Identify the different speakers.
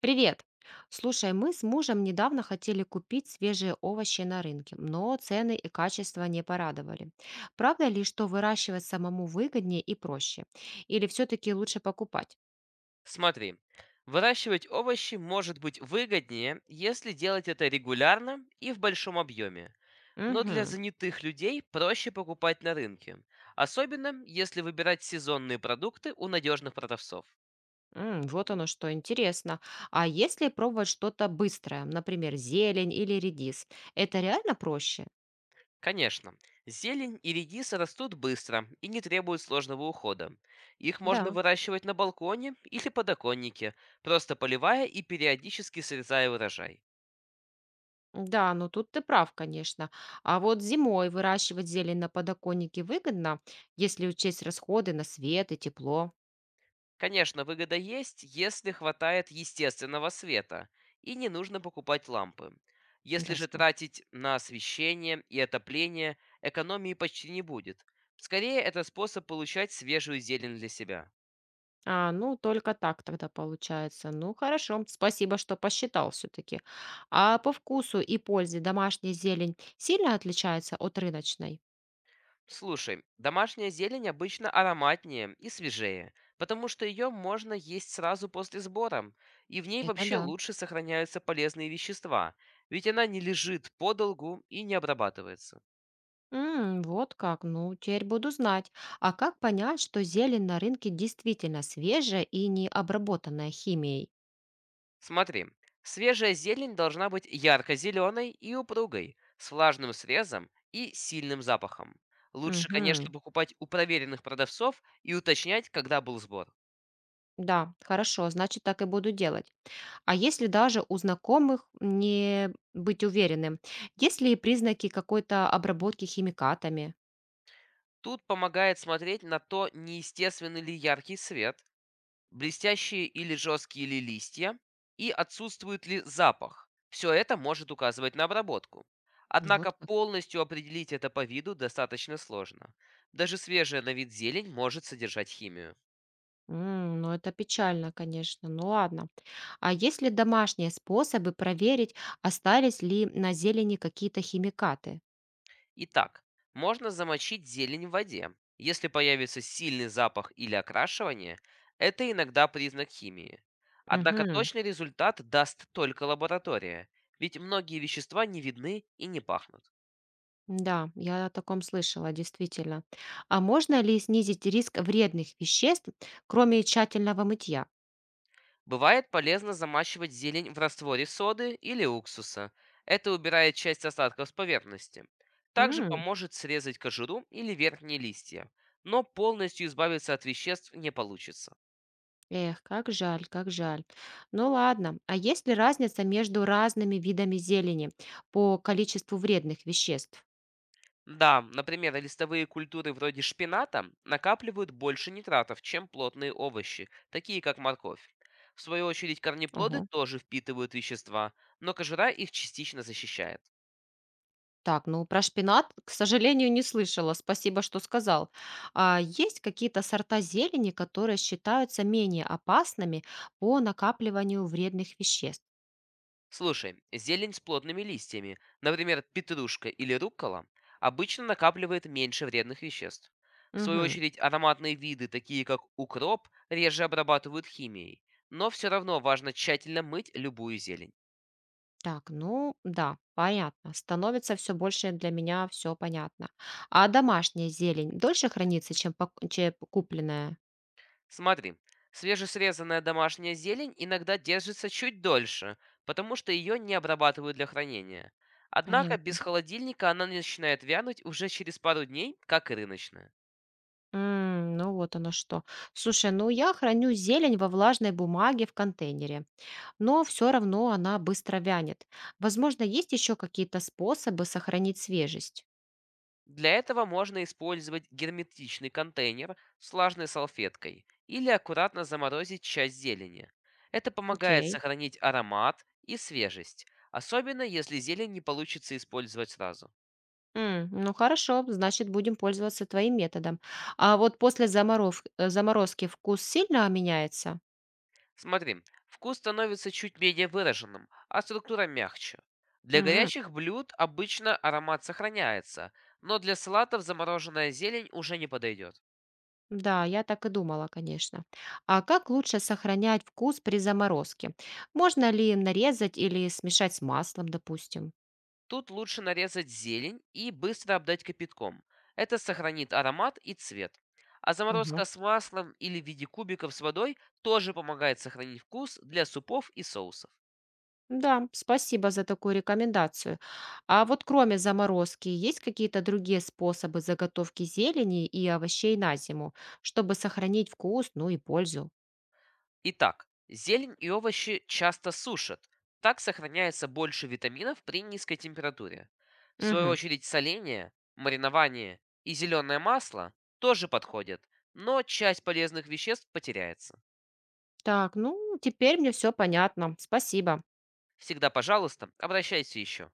Speaker 1: Привет! Слушай, мы с мужем недавно хотели купить свежие овощи на рынке, но цены и качество не порадовали. Правда ли, что выращивать самому выгоднее и проще? Или все-таки лучше покупать?
Speaker 2: Смотри, выращивать овощи может быть выгоднее, если делать это регулярно и в большом объеме. Но для
Speaker 1: Угу.
Speaker 2: занятых людей проще покупать на рынке, особенно если выбирать сезонные продукты у надежных продавцов.
Speaker 1: Вот оно что, интересно. А если пробовать что-то быстрое, например, зелень или редис, это реально проще?
Speaker 2: Конечно, зелень и редис растут быстро и не требуют сложного ухода. Их можно
Speaker 1: Да.
Speaker 2: выращивать на балконе или подоконнике, просто поливая и периодически срезая урожай.
Speaker 1: Да, ну тут ты прав, конечно. А вот зимой выращивать зелень на подоконнике выгодно, если учесть расходы на свет и тепло.
Speaker 2: Конечно, выгода есть, если хватает естественного света, и не нужно покупать лампы. Если же
Speaker 1: Ясно.
Speaker 2: тратить на освещение и отопление, экономии почти не будет. Скорее, это способ получать свежую зелень для себя.
Speaker 1: А, ну, только так тогда получается. Ну, хорошо. Спасибо, что посчитал все-таки. А по вкусу и пользе домашняя зелень сильно отличается от рыночной?
Speaker 2: Слушай, домашняя зелень обычно ароматнее и свежее, потому что ее можно есть сразу после сбора, и в ней
Speaker 1: Это
Speaker 2: вообще
Speaker 1: да.
Speaker 2: лучше сохраняются полезные вещества, ведь она не лежит подолгу и не обрабатывается.
Speaker 1: М, вот как. Ну, теперь буду знать. А как понять, что зелень на рынке действительно свежая и не обработанная химией?
Speaker 2: Смотри, свежая зелень должна быть ярко-зеленой и упругой, с влажным срезом и сильным запахом. Лучше, конечно,
Speaker 1: Угу.
Speaker 2: покупать у проверенных продавцов и уточнять, когда был сбор.
Speaker 1: Да, хорошо, значит, так и буду делать. А если даже у знакомых не быть уверенным, есть ли признаки какой-то обработки химикатами?
Speaker 2: Тут помогает смотреть на то, неестественный ли яркий свет, блестящие или жесткие ли листья и отсутствует ли запах. Все это может указывать на обработку.
Speaker 1: Ну,
Speaker 2: Однако
Speaker 1: вот как.
Speaker 2: полностью определить это по виду достаточно сложно. Даже свежая на вид зелень может содержать химию.
Speaker 1: М, ну, это печально, конечно. Ну, ладно. А есть ли домашние способы проверить, остались ли на зелени какие-то химикаты?
Speaker 2: Итак, можно замочить зелень в воде. Если появится сильный запах или окрашивание, это иногда признак химии. Однако
Speaker 1: Мгм.
Speaker 2: точный результат даст только лаборатория, ведь многие вещества не видны и не пахнут.
Speaker 1: Да, я о таком слышала, действительно. А можно ли снизить риск вредных веществ, кроме тщательного мытья?
Speaker 2: Бывает полезно замачивать зелень в растворе соды или уксуса. Это убирает часть остатков с поверхности. Также
Speaker 1: М,
Speaker 2: поможет срезать кожуру или верхние листья, но полностью избавиться от веществ не получится.
Speaker 1: эх, как жаль, как жаль. Ну ладно, а есть ли разница между разными видами зелени по количеству вредных веществ?
Speaker 2: Да, например, листовые культуры вроде шпината накапливают больше нитратов, чем плотные овощи, такие как морковь. В свою очередь, корнеплоды тоже впитывают вещества, но кожура их частично защищает.
Speaker 1: Так, ну про шпинат, к сожалению, не слышала. Спасибо, что сказал. А есть какие-то сорта зелени, которые считаются менее опасными по накапливанию вредных веществ?
Speaker 2: Слушай, зелень с плотными листьями, например, петрушка или руккола, обычно накапливает меньше вредных веществ. В свою
Speaker 1: Мгм.
Speaker 2: очередь, ароматные виды, такие как укроп, реже обрабатывают химией, но все равно важно тщательно мыть любую зелень.
Speaker 1: Так, ну да, понятно. Становится все больше для меня все понятно. А домашняя зелень дольше хранится, чем купленная?
Speaker 2: Смотри, свежесрезанная домашняя зелень иногда держится чуть дольше, потому что ее не обрабатывают для хранения. Однако без
Speaker 1: Понятно.
Speaker 2: холодильника она начинает вянуть уже через пару дней, как и рыночная.
Speaker 1: М, ну вот оно что. Слушай, ну я храню зелень во влажной бумаге в контейнере, но все равно она быстро вянет. Возможно, есть еще какие-то способы сохранить свежесть?
Speaker 2: Для этого можно использовать герметичный контейнер с влажной салфеткой или аккуратно заморозить часть зелени. Это помогает
Speaker 1: Окей.
Speaker 2: сохранить аромат и свежесть, особенно если зелень не получится использовать сразу.
Speaker 1: М, ну хорошо, значит, будем пользоваться твоим методом. А вот после заморозки вкус сильно меняется?
Speaker 2: Смотри, вкус становится чуть менее выраженным, а структура мягче. Для
Speaker 1: М,
Speaker 2: горячих блюд обычно аромат сохраняется, но для салатов замороженная зелень уже не подойдет.
Speaker 1: да, я так и думала, конечно. А как лучше сохранять вкус при заморозке? Можно ли нарезать или смешать с маслом, допустим?
Speaker 2: Тут лучше нарезать зелень и быстро обдать кипятком. Это сохранит аромат и цвет. А заморозка с маслом или в виде кубиков с водой тоже помогает сохранить вкус для супов и соусов.
Speaker 1: Да, спасибо за такую рекомендацию. А вот кроме заморозки, есть какие-то другие способы заготовки зелени и овощей на зиму, чтобы сохранить вкус, ну и пользу?
Speaker 2: Итак, зелень и овощи часто сушат. Так сохраняется больше витаминов при низкой температуре. В свою
Speaker 1: Мгм.
Speaker 2: очередь соление, маринование и зеленое масло тоже подходят, но часть полезных веществ потеряется.
Speaker 1: Так, ну, теперь мне все понятно. Спасибо.
Speaker 2: Всегда, пожалуйста, обращайся еще.